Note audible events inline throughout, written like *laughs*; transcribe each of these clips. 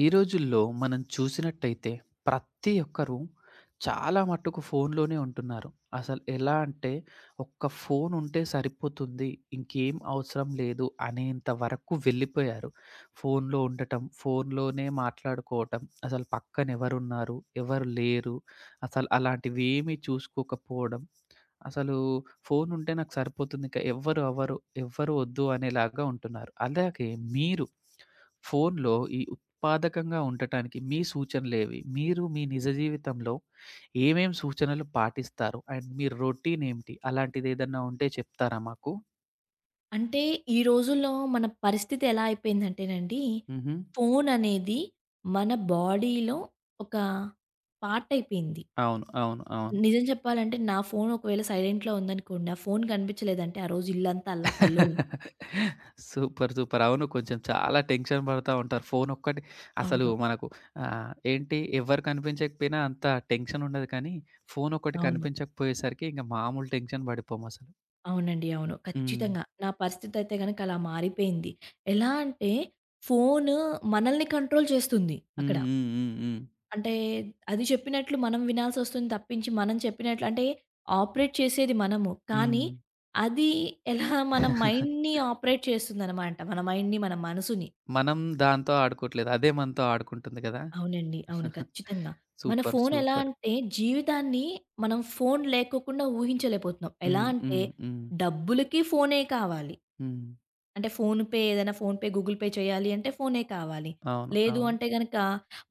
ఈ రోజుల్లో మనం చూసినట్టయితే ప్రతి ఒక్కరు చాలా మట్టుకు ఫోన్‌లోనే ఉంటున్నారు. అసలు ఎలా అంటే ఒక్క ఫోన్ ఉంటే సరిపోతుంది. ఇంకేం అవసరం లేదు అనేంత వరకు వెళ్ళిపోయారు. ఫోన్‌లో ఉండటం, ఫోన్‌లోనే మాట్లాడుకోవటం, అసలు పక్కన ఎవరున్నారు, ఎవరు లేరు, అసలు అలాంటివి ఏమీ చూసుకోకపోవడం, అసలు ఫోన్ ఉంటే నాకు సరిపోతుంది. ఇంకా ఎవ్వరు అవ్వరు, ఎవ్వరు వద్దు అనేలాగా ఉంటున్నారు. అలాగే మీరు ఫోన్‌లో ఈ ఉత్పాదకంగా ఉండటానికి మీ సూచనలేవి? మీరు మీ నిజ జీవితంలో ఏమేం సూచనలు పాటిస్తారు? అండ్ మీ రొటీన్ ఏంటి? అలాంటిదేదన్నా ఉంటే చెప్తారా మాకు? అంటే ఈ రోజుల్లో మన పరిస్థితి ఎలా అయిపోయిందంటేనండి, హుహు. ఫోన్ అనేది మన బాడీలో ఒక పార్ట్ అయిపోయింది. అవును. అవును. అవును. నిజం చెప్పాలంటే నా ఫోన్ ఒకవేళ సైలెంట్‌లో ఉందనుకోండి, ఆ ఫోన్ కనిపించలేదంటే ఆ రోజు ఇల్లంతా అల్లకల్లోలం. సూపర్. సూపర్. అవును. కొంచెం చాలా టెన్షన్ పడతా ఉంటారు. ఫోన్ ఒక్కటి అసలు అవును. మనకు ఏంటి ఎవ్వరు కనిపించకపోయినా అంత టెన్షన్ ఉండదు కానీ, ఫోన్ ఒక్కటి అవును. కనిపించకపోయేసరికి ఇంక మామూలు టెన్షన్ పడిపోమసలు. అవునండి. అవును. హ్మ్. ఖచ్చితంగా. నా పరిస్థితి అయితే గనక అలా మారిపోయింది. ఎలా అంటే ఫోను మనల్ని కంట్రోల్ చేస్తుంది అక్కడ. హ్మ్. హ్మ్. హ్మ్. అంటే అది చెప్పినట్లు మనం వినాల్సొస్తుంది తప్పించి, మనం చెప్పినట్లు అంటే ఆపరేట్ చేసేది మనము. కానీ హ్మ్. అది ఎలా మన హ్మ్. మైండ్‌ని ఆపరేట్ చేస్తుందనమాట. మన మైండ్‌ని, మన మనసుని. మనం దాంతో ఆడుకోవట్లేదు. అదే మనతో ఆడుకుంటుంది గదా! అవునండి. అవును. ఖచ్చితంగా. మన సూపర్. ఫోన్ ఎలా సూపర్. అంటే జీవితాన్ని మనం ఫోన్ లేకోకుండా ఊహించలేకపోతున్నాం. ఎలా హ్మ్. అంటే హ్మ్. హ్మ్. డబ్బులకి ఫోనే కావాలి. హ్మ్. అంటే ఫోన్ పే ఏదైనా ఫోన్ పే, గూగుల్ పే చేయాలి అంటే ఫోనే కావాలి. అవును. లేదు అవును. అంటే గనక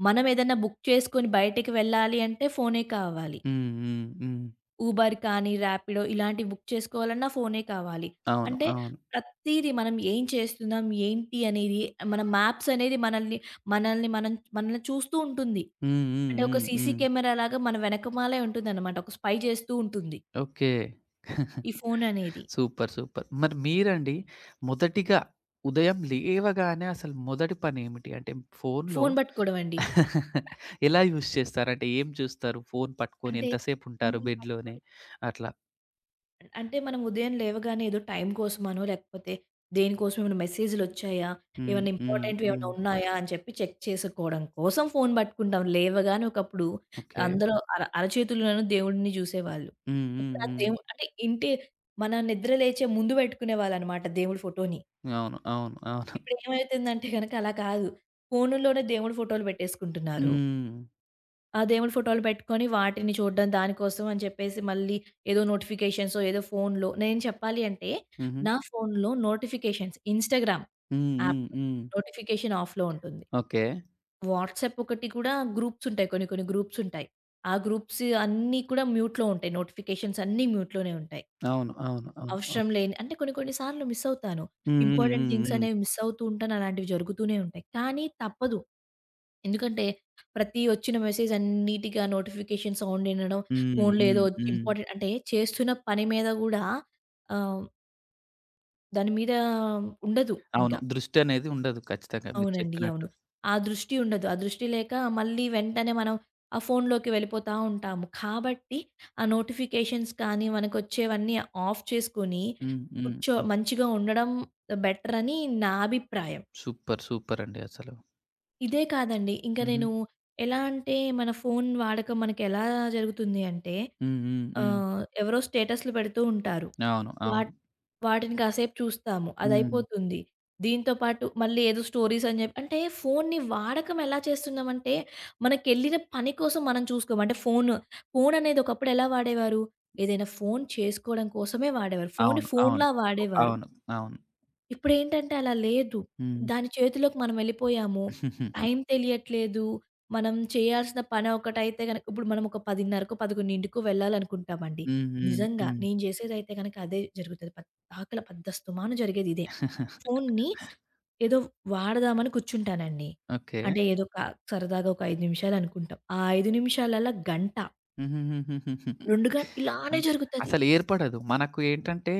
మనం ఏదైనా బుక్ చేసుకొని బయటికి వెళ్ళాలి అంటే ఫోనే కావాలి. హ్మ్. హ్మ్. హ్మ్. ఊబర్ కానీ, ర్యాపిడో ఇలాంటివి బుక్ చేసుకోవాలన్నా ఫోనే కావాలి. అవును. అంటే అవును. ప్రతీది మనం ఏం చేస్తున్నాం, ఏంటి అనేది మన మ్యాప్స్ అనేది మనల్ని మనం మనల్ని చూస్తూ ఉంటుంది. హ్మ్. హ్మ్. అంటే ఒక హ్మ్. సీసీ హ్మ్. కెమెరాలాగా మన వెనకమాలే ఉంటుందనమాట. ఒక స్పై చేస్తూ ఉంటుంది. ఓకే. ఈ ఫోన్ అనేది. సూపర్. సూపర్. మరి మీరండి మొదటిగా ఉదయం లేవగానే అసలు మొదటి పనేమిటి? అంటే ఫోనులో ఫోన్ పట్టుకోవడం అండి. ఎలా యూజ్ చేస్తారు? అంటే ఏం చూస్తారు? ఫోను పట్టుకొని అంటే ఫోన్ ఎంతసేపుంటారు బెడ్‌లోనే? పట్టుకొని అట్లా. అంటే మనం ఉదయం లేవగానే ఏదో టైం కోసమనో, లేకపోతే దేనికోసమో ఏమైనా మెసేజ్‌లొచ్చాయా? హ్మ్. ఏమైనా హ్మ్. ఇంపార్టెంట్‌వి ఏమైనా హ్మ్. ఉన్నాయా? అని చెప్పి చెక్ చేసుకోవడం కోసం ఫోను పట్టుకుంటాం. లేవగానే ఒకప్పుడు ఓకే. అందరూ అరచేతుల్లోనూ దేవుడిని చూసేవాళ్ళు. హ్మ్. హ్మ్. ఇప్పుడు ఆ హ్మ్. దేవు అంటే ఇంటి మన నిద్ర లేచే ముందు పెట్టుకునేవాళ్ళనమాట దేవుడి ఫోటోని. అవును. అవును. అవును. ఇప్పుడేమైతుందంటే గనక అలా కాదు. ఫోనుల్లోనే దేవుడి ఫోటోలు పెట్టేసుకుంటున్నారు. హ్మ్. ఆ దేవుడి ఫోటోలు పెట్టుకొని వాటిని చూడడం దానికోసం అని చెప్పేసి మళ్ళీ ఏదో నోటిఫికేషన్సో ఏదో ఫోన్‌లో నేను చెప్పాలి అంటే హుహు. నా ఫోన్‌లో నోటిఫికేషన్స్ ఇన్‌స్టాగ్రామ్ హ్మ్. యాప్ హ్మ్. హ్మ్. నోటిఫికేషన్ ఆఫ్‌లో ఉంటుంది. ఓకే. వాట్సాప్ ఒకటి కూడా గ్రూప్స్ ఉంటాయి. కొన్ని కొన్ని గ్రూప్స్ ఉంటాయి. ఆ గ్రూప్స్ అన్నీ కూడా మ్యూట్‌లో ఉంటాయి. నోటిఫికేషన్స్ అన్నీ మ్యూట్‌లోనే ఉంటాయి. అవును. అవును. అవును. అవసరం ఓకే. లేని అంటే కొన్ని కొన్ని సార్లు మిస్ అవుతాను. హ్మ్. హ్మ్. ఇంపార్టెంట్ థింగ్స్ హ్మ్. అనేవి మిస్ అవుతూ ఉంటాను. అలాంటివి జరుగుతూనే ఉంటాయి. కానీ తప్పదు. ఎందుకంటే, ప్రతి వచ్చిన మెసేజ్ అన్నిటికి ఆ నోటిఫికేషన్ సౌండ్ వినడం, హ్మ్. హ్మ్. ఫోన్‌లో ఏదో హ్మ్. హ్మ్. ఇంపార్టెంట్ అంటే చేస్తున్న పని మీద గూడా ఆహ్, దాని మీద ఉండదు అవును. ఇంకా. దృష్టనేది ఉండదు ఖచ్చితంగా మీరు అవునండి. చెప్పినట్టు. అవును. ఆ దృష్టి ఉండదు. ఆ దృష్టి లేక మళ్ళీ వెంటనే మనం ఆ ఫోన్‌లోకి వెళ్ళిపోతా ఉంటాము. కాబట్టి ఆ నోటిఫికేషన్స్ కానీ, మనకొచ్చేవన్నీ ఆఫ్ చేసుకొని, హ్మ్. హ్మ్. కూర్చో హ్మ్. మంచిగా ఉండడం బెటర్ అని నా అభిప్రాయం. సూపర్. సూపర్ అండి అసలు. ఇదే కాదండి. ఇంక హుహు. నేను ఎలా అంటే మన ఫోను వాడకం మనకెలా జరుగుతుంది అంటే హ్మ్. హ్మ్. హ్మ్. ఎవరో స్టేటస్‌లు పెడుతూ ఉంటారు. అవును. అవును. వాట్ వాటిని కాసేపు చూస్తాము. హ్మ్. అదయిపోతుంది. దీంతో పాటు మళ్ళీ ఏదో స్టోరీస్ అని జెప్పి అంటే ఫోన్ని వాడకం ఎలా చేస్తున్నామంటే మనకెళ్ళిన పని కోసం మనం చూసుకోము. అంటే ఫోననేది ఒకప్పుడు ఎలా వాడేవారు? ఏదైనా ఫోను చేసుకోవడం కోసమే వాడేవారు. ఫోనుని అవును. అవును. ఫోనులా వాడేవారు. అవును. అవును. ఇప్పుడేంటంటే అలా లేదు. హ్మ్. దాని చేతిలోకి మనమెళ్ళిపోయాము. టైం *laughs* తెలియట్లేదు. మనం చేయాల్సిన పని ఒకటైతే గనక ఇప్పుడు మనం ఒక 10:30కో, 11కో వెళ్ళాలనుకుంటామండి. హ్మ్. హ్మ్. నిజంగా హ్మ్. నేను చేసేదైతే గనక అదే జరుగుతది. ఆకలి పెద్దస్తమాను జరిగేదిదే. ఫోన్ని ఏదో వాడదామని కూర్చుంటానండి. ఓకే. అంటే ఏదో సరదాగా ఒక 5 నిమిషాలనుకుంటాం. ఆ 5 నిమిషాలల్ల గంట, హుహుహుహుహుహు. 2 ఇలానే అంతే. జరుగుతది. అసలు ఏర్పడదు. మనకు ఏంటంటే,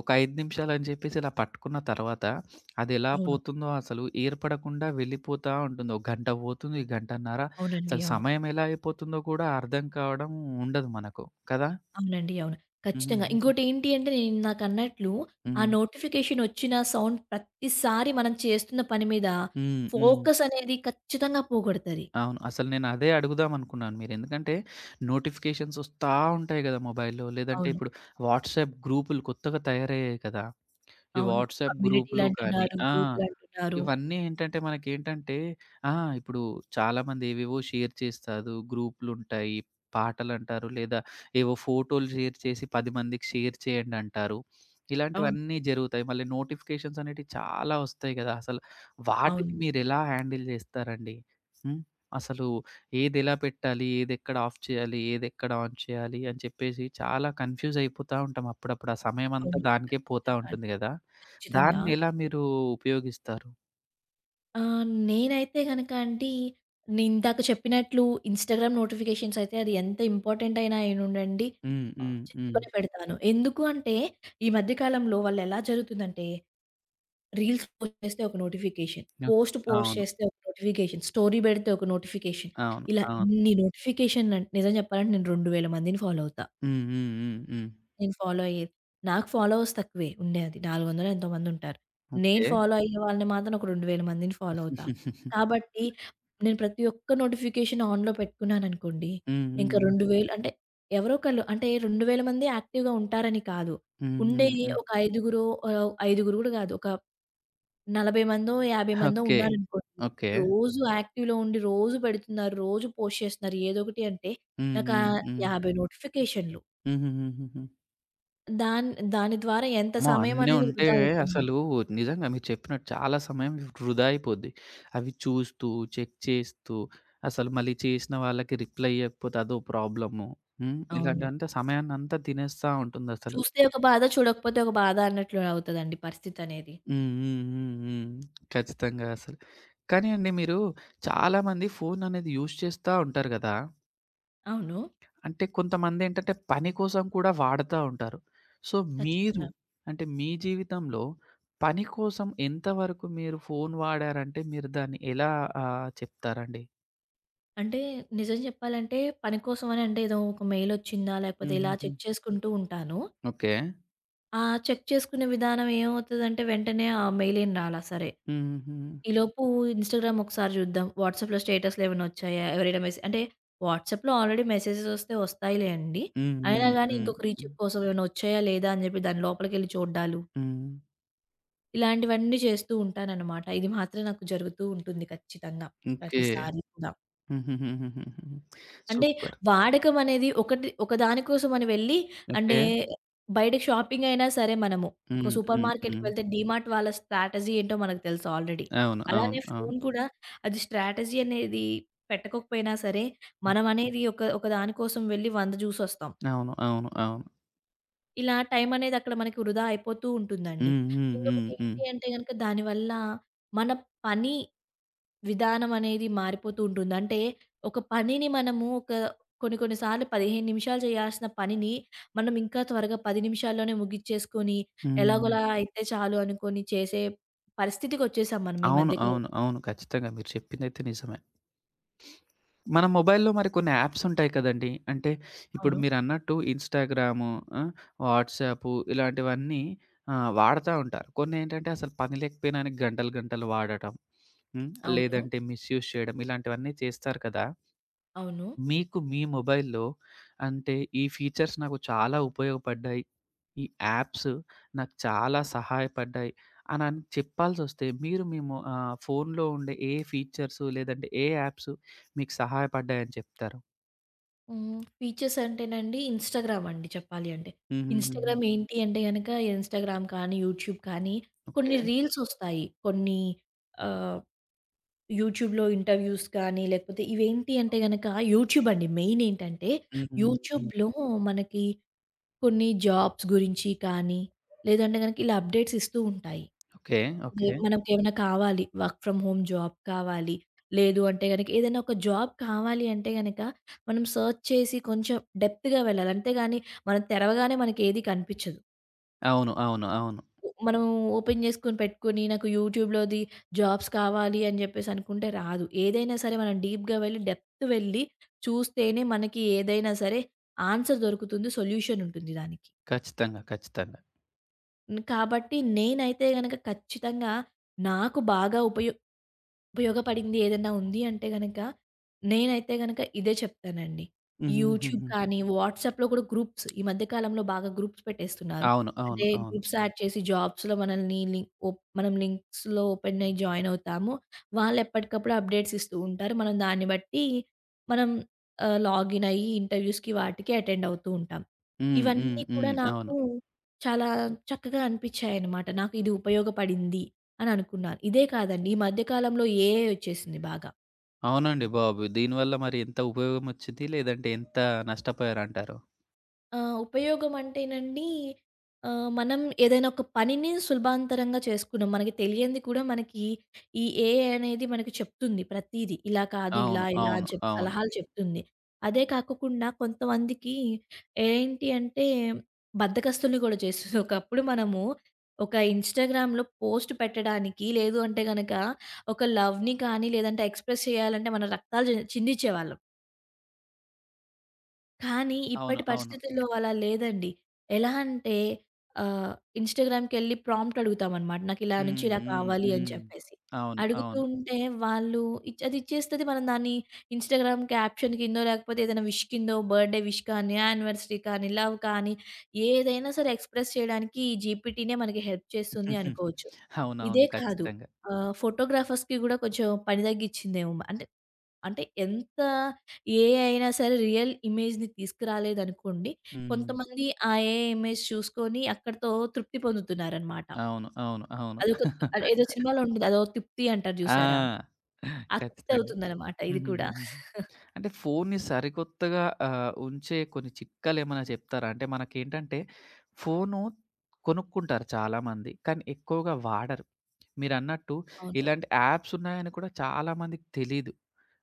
ఒక 5 నిమిషాలు అని చెప్పేసి ఇలా పట్టుకున్న తర్వాత, అదెలా అవును. పోతుందో అసలు ఏర్పడకుండా వెళ్ళిపోతా ఉంటుంది. ఒక గంట పోతుంది, గంటన్నర. అవునండి. అసలు అవును. సమయం ఎలా అయిపోతుందో కూడా అర్థం కావడం ఉండదు మనకు. కదా! అవునండి. అవును. ఖచ్చితంగా. హుహుహుహు. ఇంకోటేంటి అంటే నేను ఇందాకన్నట్లు ఆ హ్మ్. నోటిఫికేషన్ వచ్చిన సౌండ్ ప్రతిసారి మనం చేస్తున్న పని మీద హ్మ్. హ్మ్. ఫోకస్ అనేది ఖచ్చితంగా పోగొడతది. అవును. అసలు నేను అదే అడుగుదాం అనుకున్నాను మీరు. ఎందుకంటే, నోటిఫికేషన్స్ వస్తా ఉంటాయి కదా మొబైల్‌లో. లేదంటే అవును. ఇప్పుడు వాట్సాప్ గ్రూపులు కొత్తగా తయారయ్యాయి కదా! ఈ అవును. వాట్సాప్ గ్రూపులు కానీ కమ్యూనిటీలంటున్నారు, ఆ! గ్రూపులంటున్నారు. ఇవన్నీ ఏంటంటే మనకేంటంటే ఆ! ఇప్పుడు చాలామంది ఏవేవో షేర్ చేస్తారు. గ్రూప్‌లుంటాయి. పాటలంటారు. లేదా ఏవో ఫోటోలు షేర్ చేసి 10 మందికి షేర్ చేయండంటారు. అవును. ఇలాంటివన్నీ జరుగుతాయి. మళ్ళీ నోటిఫికేషన్స్ అనేటివి చాలా వస్తాయి గదా! అసలు వాటిని అవును. మీరెలా హ్యాండిల్ జేస్తారండి? హ్మ్. అసలు ఏదెలా పెట్టాలి? ఏదెక్కడ ఆఫ్ చేయాలి? ఏదెక్కడ ఆన్ చేయాలి? అని చెప్పేసి చాలా కన్‌ఫ్యూజ్ అయిపోతా ఉంటాం అప్పుడప్పుడు. ఆ సమయమంతా అవును. దానికే పోతా ఖచ్చితంగా ఉంటుంది అండి. గదా! ఖచ్చితంగా. దాన్ని ఎలా మీరు ఉపయోగిస్తారు? నేనైతే గనక అండి నేనిందాక చెప్పినట్లు ఇన్‌స్టాగ్రామ్ నోటిఫికేషన్స్ అయితే అది ఎంత ఇంపార్టెంట్ అయినా అయినుండండి, హ్మ్. హ్మ్. చెక్ హ్మ్. కొని పెడతాను. ఎందుకు అంటే ఈ మధ్య కాలంలో వాళ్ళెలా జరుగుతుందంటే రీల్స్ పోస్ట్ చేస్తే ఒక నోటిఫికేషన్. ఆ! పోస్ట్ పోస్ట్ అవును. చేస్తే ఒక నోటిఫికేషన్. స్టోరీ పెడితే ఒక నోటిఫికేషన్. అవును. ఇలా అవును. ఇన్ని నోటిఫికేషన్ నిజం చెప్పాలంటే నేను 2000 మందిని ఫాలో అవుతా. హ్మ్. హ్మ్. హ్మ్. హ్మ్. నేను ఫాలో అయ్యేది. నాకు ఫాలోవర్స్ తక్కువే ఉండేది. 400 ఎంతో మందుంటారు. నేను ఓకే. ఫాలో అయ్యే వాళ్ళని మాత్రం ఒక 2000 మందిని ఫాలో అవుతా. కాబట్టి నేను ప్రతి ఒక్క నోటిఫికేషన్ ఆన్‌లో పెట్టుకున్నాననుకోండి, హ్మ్. ఇంకా హ్మ్. 2000 అంటే ఎవరో ఒకళ్ళు అంటే 2000 మంది యాక్టివ్‌గా ఉంటారని కాదు. హ్మ్. ఉండే హ్మ్. హ్మ్. ఒక ఐదుగురో ఐదుగురు కూడా కాదు. ఒక 40 మందో, 50 మందో ఓకే. ఉన్నారనుకోండి. ఓకే. రోజు యాక్టివ్‌లో ఉండి, రోజు పెడుతున్నారు, రోజు పోస్ట్ చేస్తున్నారు ఏదోకటి అంటే, హ్మ్. నాకా హ్మ్. హ్మ్. 50 నోటిఫికేషన్‌లు. హుహుహుహుహు. దాన్ దాని ద్వారా ఎంత అమ్మో! సమయం అన్నీ అనేది ఉంటే వృధా అవుతుంది. అసలు నిజంగా మీరు చెప్పినట్టు చాలా సమయం వృధా అయిపోద్ది. అవి చూస్తూ, చెక్ చేస్తూ, అసలు మళ్ళీ చేసిన వాళ్ళకి రిప్లై ఇయ్యకపోతే అదో ప్రాబ్లము. హ్మ్. అవును. ఇలాంటిదంతా సమయాన్నంతా తినేస్తా ఉంటుందసలు. చూస్తే ఒక బాధ, చూడకపోతే ఒక బాధ అన్నట్లు అవుతదండి పరిస్థితనేది. హ్మ్. హ్మ్. హ్మ్. హ్మ్. ఖచ్చితంగా అసలు. కానీ అండి మీరు చాలామంది ఫోన్ అనేది యూజ్ చేస్తా ఉంటారు గదా! అవును. అంటే కొంతమందేంటంటే పని కోసం కూడా వాడతా ఉంటారు. సో, మీరు ఖచ్చితంగా. అంటే మీ జీవితంలో పని కోసం ఎంతవరకు మీరు ఫోన్ వాడారంటే మీరు దాన్ని ఎలా చెప్తారండి? అంటే నిజం చెప్పాలంటే పని కోసం అని అంటే ఏదో ఒక మెయిలొచ్చిందా, లేకపోతే ఇలా హుహుహు. చెక్ చేసుకుంటూ ఉంటాను. ఓకే. ఆ చెక్ చేసుకునే విధానం ఏమవుతదంటే వెంటనే ఆ మెయిలేం రాలా సరే. హుహుహు. ఈలోపు ఇన్‌స్టాగ్రామ్ ఒకసారి జూద్దాం. వాట్సాప్‌లో స్టేటస్‌లు ఏమైనా వచ్చాయా? ఎవరైనా అంటే వాట్సాప్‌లో ఆల్రెడీ మెసేజెస్ వస్తే వస్తాయిలే అండి. హ్మ్. అయినా హ్మ్. గాని హ్మ్. ఇంకొక రీచెక్ కోసం ఏమైనా వచ్చాయా? లేదా? అని జెప్పి దాని లోపలికెళ్ళి చూడ్డాలు. హ్మ్. ఇలాంటివన్నీ చేస్తూ ఉంటాననమాట. ఇది మాత్రం నాకు జరుగుతూ ఉంటుంది ఖచ్చితంగా. ఓకే. ప్రతిసారి కూడా. హుహుహుహుహుహు. అంటే సూపర్. వాడకం అనేది ఒకటి ఒకదాని కోసం అని వెళ్ళి అంటే ఓకే. బయటకి షాపింగ్ అయినా సరే మనము ఒక హ్మ్. సూపర్ హ్మ్. మార్కెట్‌కి హ్మ్. వెళ్తే డీమార్ట్ వాళ్ళ స్ట్రాటజీ ఏంటో మనకు తెలుసు ఆల్రెడీ. అవును. అవును. అలానే అవును. ఫోను కూడా అది స్ట్రాటజీ అనేది పెట్టకపోయినా సరే, హ్మ్. మనం అనేది ఒక ఒక దాని కోసం వెళ్ళి 100 చూసొస్తాం. అవును. అవును. అవును. ఇలా టైమనేది అక్కడ మనకి వృధా అయిపోతూ ఉంటుందండి. హ్మ్. హ్మ్. హ్మ్. హ్మ్. ఇంకొకటేంటి అంటే గనక దానివల్ల మన పని విధానం అనేది మారిపోతూ ఉంటుంది. అంటే ఒక పనిని మనము కొన్ని కొన్ని సార్లు 15 నిమిషాలు చేయాల్సిన పనిని మనం ఇంకా త్వరగా 10 నిమిషాల్లోనే ముగిచ్చేసుకొని హ్మ్. ఎలాగోలా అయితే చాలు అనుకోని చేసే పరిస్థితికొచ్చేసాం మనం ఈ అవును. మధ్య కాలం. అవును. అవును. ఖచ్చితంగా మీరు చెప్పిందైతే నిజమే. మన మొబైల్‌లో మరి కొన్ని యాప్స్ ఉంటాయి కదండీ! అంటే ఇప్పుడు అవును. మీరన్నట్టు ఇన్‌స్టాగ్రాము, ఆ! వాట్సాపు ఇలాంటివన్నీ వాడతా ఉంటారు. కొన్నేంటంటే అసలు పని లేకపోయినా గంటలు గంటలు వాడటం. హ్మ్. అవును. లేదంటే మిస్‌యూజ్ చేయడం ఇలాంటివన్నీ చేస్తారు కదా! అవును. మీకు మీ మొబైల్‌లో అంటే, ఈ ఫీచర్స్ నాకు చాలా ఉపయోగపడ్డాయి. ఈ యాప్స్ నాకు చాలా సహాయపడ్డాయి అనని చెప్పాల్సొస్తే, మీరు మీ ఫోన్‌లో ఉండే ఏ ఫీచర్స్ లేదంటే, ఏ యాప్స్ మీకు సహాయపడ్డాయని చెప్తారు? ఫీచర్స్ అంటేనండి ఇన్‌స్టాగ్రామ్ అండి చెప్పాలి అంటే. ఇన్‌స్టాగ్రామ్ హుహుహుహు. ఏంటి అంటే గనక ఇన్‌స్టాగ్రామ్ కానీ, యూట్యూబ్ కానీ కొన్ని ఓకే. రీల్స్ ఒస్తాయి. కొన్ని ఆహ్, యూట్యూబ్‌లో ఇంటర్వ్యూస్ కానీ లేకపోతే ఇవేంటి అంటే గనక యూట్యూబ్ అండి మెయిన్ ఏంటంటే హుహుహు. యూట్యూబ్‌లో మనకి కొన్ని జాబ్స్ గురించి కానీ లేదంటే గనక ఇలా అప్డేట్స్ ఇస్తూ ఉంటాయి. ఓకే. అదే ఓకే. మనకేమైనా కావాలి. వర్క్ ఫ్రమ్ హోమ్ జాబ్ కావాలి. లేదు అంటే గనక ఏదైనా ఒక జాబ్ కావాలి అంటే గనక మనం సెర్చ్ చేసి కొంచెం డెప్త్‌గా వెళ్ళాలి. అంతేగాని మనం తెరవగానే మనకేది కనిపించదు. అవును. అవును. అవును. మనం ఓపెన్ చేసుకొని పెట్టుకొని నాకు యూట్యూబ్‌లోది జాబ్స్ కావాలి అని చెప్పేసి అనుకుంటే రాదు. ఏదైనా సరే మనం డీప్‌గా వెళ్ళి డెప్త్ వెళ్ళి చూస్తేనే మనకి ఏదైనా సరే ఆన్సర్ దొరుకుతుంది. సొల్యూషన్ ఉంటుంది దానికి. ఖచ్చితంగా. ఖచ్చితంగా. కాబట్టి నేనైతే గనక ఖచ్చితంగా నాకు బాగా ఉపయోగపడింది ఏదన్నా ఉంది అంటే గనక, నేనైతే గనక ఇదే చెప్తానండి. యూట్యూబ్ హుహుహుహు. కానీ, వాట్సాప్‌లో కూడా గ్రూప్స్ ఈ మధ్య కాలంలో బాగా గ్రూప్స్ పెట్టేస్తున్నారు. అవును. అవును. అంటే అవును. గ్రూప్స్ యాడ్ చేసి జాబ్స్‌లో మనల్ని లింక్ ఒప్ మనం లింక్స్‌లో ఓపెన్ అయ్యి జాయిన్ అవుతాము. వాళ్ళు ఎప్పటికప్పుడు అప్డేట్స్ ఇస్తూ ఉంటారు. మనం దాన్ని బట్టి మనం లాగిన్ అయ్యి ఇంటర్వ్యూస్‌కి వాటికి అటెండ్ అవుతూ ఉంటాం. హ్మ్. హ్మ్. ఇవన్నీ కూడా హ్మ్. అవును. నాకు చాలా చక్కగా అనిపించాయన్నమాట. నాకు ఇది ఉపయోగపడింది అని అనుకున్నాను. ఇదే కాదండి. ఈ మధ్య కాలంలో ఏఐ వచ్చేసింది బాగా. అవునండి బాబు. దీనివల్ల మరి ఎంత ఉపయోగమొచ్చింది? లేదంటే ఎంత నష్టపోయారంటారు? ఉపయోగం అంటేనండి మనం ఏదైనా ఒక పనిని సులభాంతరంగా చేసుకున్నాం. మనకి తెలియంది కూడా మనకి ఈ ఏఐ అనేది మనకి చెప్తుంది ప్రతీది. ఇలా కాదు, అవును. ఇలా, ఇలా అవును. అని చెప్పి అవును. సలహాలు చెప్తుంది. అదే కాకోకుండా కొంతమందికి ఏంటి అంటే బద్ధకస్తుల్ని కూడా చేస్తుంది. ఒకప్పుడు మనము ఒక ఇన్‌స్టాగ్రామ్‌లో పోస్ట్ పెట్టడానికి లేదు అంటే గనక ఒక లవ్‌ని కానీ లేదంటే ఎక్స్‌ప్రెస్ చేయాలంటే మన రక్తాలు చిందించేవాళ్ళం. కానీ అవును. ఇప్పటి అవును. పరిస్థితుల్లో అలా లేదండి. ఎలా అంటే ఆహ్, ఇన్‌స్టాగ్రామ్‌కెళ్ళి ప్రాంప్ట్ అడుగుతామనమాట. నాకిలా హ్మ్. నుంచి ఇలా హ్మ్. కావాలి అని హ్మ్. చెప్పేసి. అవును. అడుగుతూ అవును. ఉంటే వాళ్ళు అది ఇచ్చేస్తది. మనం దాన్ని ఇన్‌స్టాగ్రామ్ క్యాప్షన్ కిందో లేకపోతే ఏదైనా విష్ కిందో బర్త్‌డే విష్ కానీ, యానివర్సరీ కానీ, లవ్ కానీ ఏదైనా సరే ఎక్స్‌ప్రెస్ చేయడానికి ఈ జీపీటీనే మనకి హెల్ప్ చేస్తుంది *laughs* అనుకోవచ్చు. అవునవును. ఇదే కాదు. ఖచ్చితంగా. ఫోటోగ్రాఫర్స్‌కి గూడా కొంచెం పని తగ్గిచ్చిందేమో. అంటే అంటే ఎంత ఏఐ అయినా సరే రియల్ ఇమేజ్‌ని తీసుకురాలేదనుకోండి, హ్మ్. కొంతమంది ఆ ఏఐ ఇమేజ్ చూసుకొని అక్కడితో తృప్తి పొందుతున్నారనమాట. అవును. అవును. అవును. అదొక అది ఏదో *laughs* సినిమాలో ఉంటది. అదో తృప్తి అంటారు ఆ! చూసారా? ఆ తృప్తి ఖచ్చితంగా. అవుతుందనమాట ఇది కూడా. హుహుహుహు. అంటే ఫోన్‌ని సరికొత్తగా ఉంచే కొన్ని చిట్కాలేమన్నా చెప్తారా? అంటే మనకేంటంటే ఫోను కొనుక్కుంటారు చాలామంది. కానీ ఎక్కువగా వాడరు. మీరన్నట్టు అవును. ఇలాంటి యాప్స్ ఉన్నాయని కూడా చాలామందికి తెలీదు.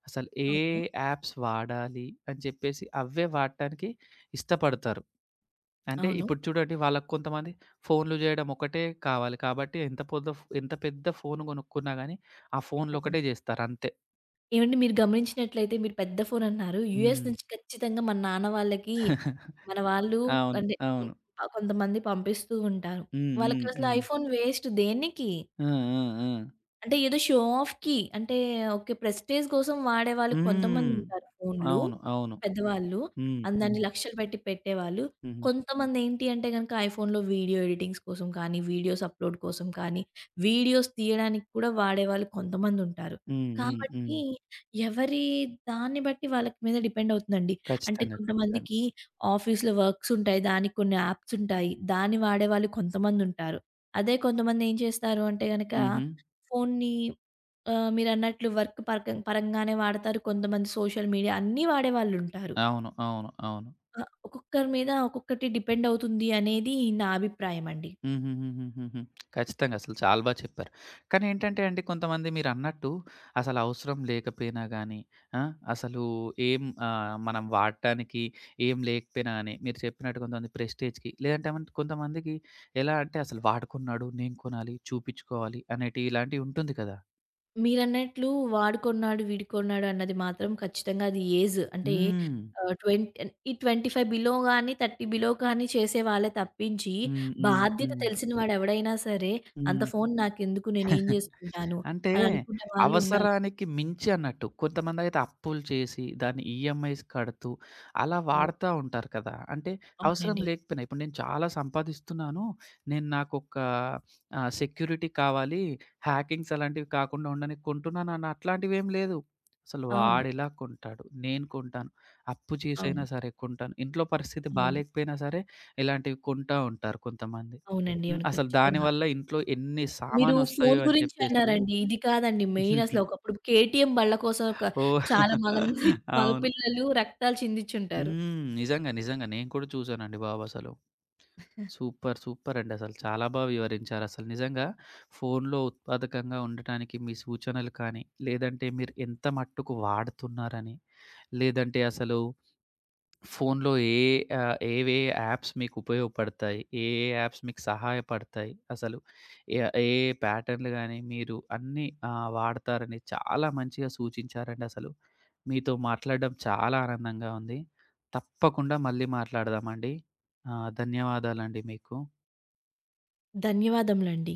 అసలు ఏ అవును. యాప్స్ వాడాలి అని చెప్పేసి అవే వాడటానికి ఇష్టపడతారు. అంటే అవును. ఇప్పుడు చూడండి వాళ్ళకి కొంతమంది ఫోన్‌లు జేయడం ఒకటే కావాలి. కాబట్టి ఎంత పెద్ద ఫోన్ కొనుక్కున్నా గానీ ఆ ఫోన్‌లో అవును. ఒకటే జేస్తారు అంతే. ఏవండి మీరు గమనించినట్లయితే మీరు పెద్ద ఫోన్ అన్నారు. యూఎస్ హ్మ్. నుంచి ఖచ్చితంగా మన నాన్న వాళ్ళకి *laughs* మన వాళ్ళు అవును. అంటే హ్మ్, అవును. కొంతమంది పంపిస్తూ ఉంటారు. హ్మ్. హ్మ్. వాళ్ళకసలు హ్మ్. ఐఫోన్ వేస్ట్ దేనికి? ఆ! ఆ! ఆ! అంటే ఏదో షో ఆఫ్‌కి అంటే ఓకే. ప్రెస్టీజ్ కోసం వాడేవాళ్ళు హ్మ్. కొంతమందుంటారు ఫోన్‌లు. అవును. అవును. పెద్దవాళ్ళు. హ్మ్. అందాన్ని హ్మ్. లక్షలు పెట్టి పెట్టేవాళ్ళు. హుహు. కొంతమందేంటి అంటే గనక ఐఫోన్‌లో వీడియో ఎడిటింగ్స్ కోసం కానీ, వీడియోస్ అప్‌లోడ్ కోసం కానీ, వీడియోస్ తీయడానికి కూడా వాడేవాళ్ళు కొంతమందుంటారు. హ్మ్. హ్మ్. హ్మ్. కాబట్టి ఎవరి దాన్ని బట్టి వాళ్ళకి మీద డిపెండ్ అవుతుందండి. అంటే ఖచ్చితంగా. ఖచ్చితంగా. కొంతమందికి ఆఫీస్‌లో వర్క్స్ ఉంటాయి. దానికి కొన్ని యాప్స్ ఉంటాయి. దాన్ని వాడేవాళ్ళు కొంతమందుంటారు. అదే కొంతమంది ఏం చేస్తారు అంటే గనక హుహు. ఫోన్ని మీరన్నట్లు వర్క్ పరంగానే వాడతారు. కొంతమంది సోషల్ మీడియా అన్నీ వాడేవాళ్ళుంటారు. అవును. అవును. అవును. ఆ! ఒక్కొక్కరి మీద ఒక్కొక్కటి డిపెండ్ అవుతుంది అనేది నా అభిప్రాయమండి. హుహుహుహుహుహు. ఖచ్చితంగా అసలు చాలా బా చెప్పారు. కానీ ఏంటంటే అండి కొంతమంది మీరన్నట్టు అసలు అవసరం లేకపోయినా గానీ, ఆ! అసలు మనం వాడటానికి ఏం లేకపోయినా గానీ మీరు చెప్పినట్టు కొంతమంది ప్రెస్టేజ్‌కి లేదంటే మన్ కొంతమందికి ఎలా అంటే అసలు వాడుకున్నాడు, నేను కొనాలి, చూపించుకోవాలి అనేటి ఇలాంటివి ఉంటుంది కదా! మీరన్నట్లు వాడుకొన్నాడు, వీడుకొన్నాడు అన్నది మాత్రం ఖచ్చితంగా అది ఏజ్ అంటే హ్మ్. 20 ఈ 25 బిలో గాని, 30 బిలో కానీ చేసే వాళ్ళే తప్పించి హ్మ్. హ్మ్. బాధ్యత హ్మ్. తెలిసిన వాడెవడైనా సరే అంత హ్మ్. ఫోను నాకెందుకు నేనేం *laughs* జేసుకుంటాను అంటే అని అనుకునే వాళ్ళు ఉన్నారు. అవసరానికి మించి అన్నట్టు. కొంతమందైతే అప్పులు చేసి, దాన్ని ఈఎంఐస్ కడుతూ, అలా అవును. వాడతా ఉంటారు కదా! అంటే అవసరం అవునండి. లేకపోయినా ఇప్పుడు నేను చాలా సంపాదిస్తున్నాను. నేను నాకొక సెక్యూరిటీ కావాలి. హ్యాకింగ్స్ అలాంటివి కాకుండా ఉండనీకి కొంటున్నాను అన్న అట్లాంటివేం లేదు. అసలు అవును. వాడెలా కొంటాడు? నేను కొంటాను. అప్పు చేసైనా అవును. సరే కొంటాను. ఇంట్లో పరిస్థితి అవును. బాలేకపోయినా సరే ఇలాంటివి కొంటా ఉంటారు కొంతమంది. అవునండి. హ్మ్. అవును. అసలు ఖచ్చితంగా. దానివల్ల ఇంట్లో ఎన్ని మీరు సామానొస్తాయో ఫోను అని గురించి చెప్పేసి అన్నారండి. ఇది కాదండి మెయిన్ అసలు *laughs* ఒకప్పుడు కేటీఎం బళ్ళ కోసం ఒక ఓహ్! చాలా మగంది *laughs* అవును. మగపిల్లలు రక్తాలు చిందించుంటారు. హ్మ్. నిజంగా. నిజంగా. నేను కూడా చూసానండి బాబు అసలు. సూపర్. సూపర్ అండి అసలు. చాలా బా వివరించారసలు. నిజంగా ఫోనులో ఉత్పాదకంగా ఉండటానికి మీ సూచనలు కానీ, లేదంటే మీరు ఎంత మట్టుకు వాడుతున్నారని, లేదంటే అసలు ఫోన్‌లో ఏ ఏవే యాప్స్ మీకు ఉపయోగపడతాయి? ఏ ఏ యాప్స్ మీకు సహాయపడతాయి? అసలు ఏ ఏ ప్యాటర్న్‌లు గాని మీరు అన్నీ వాడతారని చాలా మంచిగా సూచించారండి అసలు. మీతో మాట్లాడడం చాలా ఆనందంగా ఉంది. తప్పకుండా మళ్ళీ మాట్లాడదామండి. ధన్యవాదాలండి మీకు. ధన్యవాదములండి.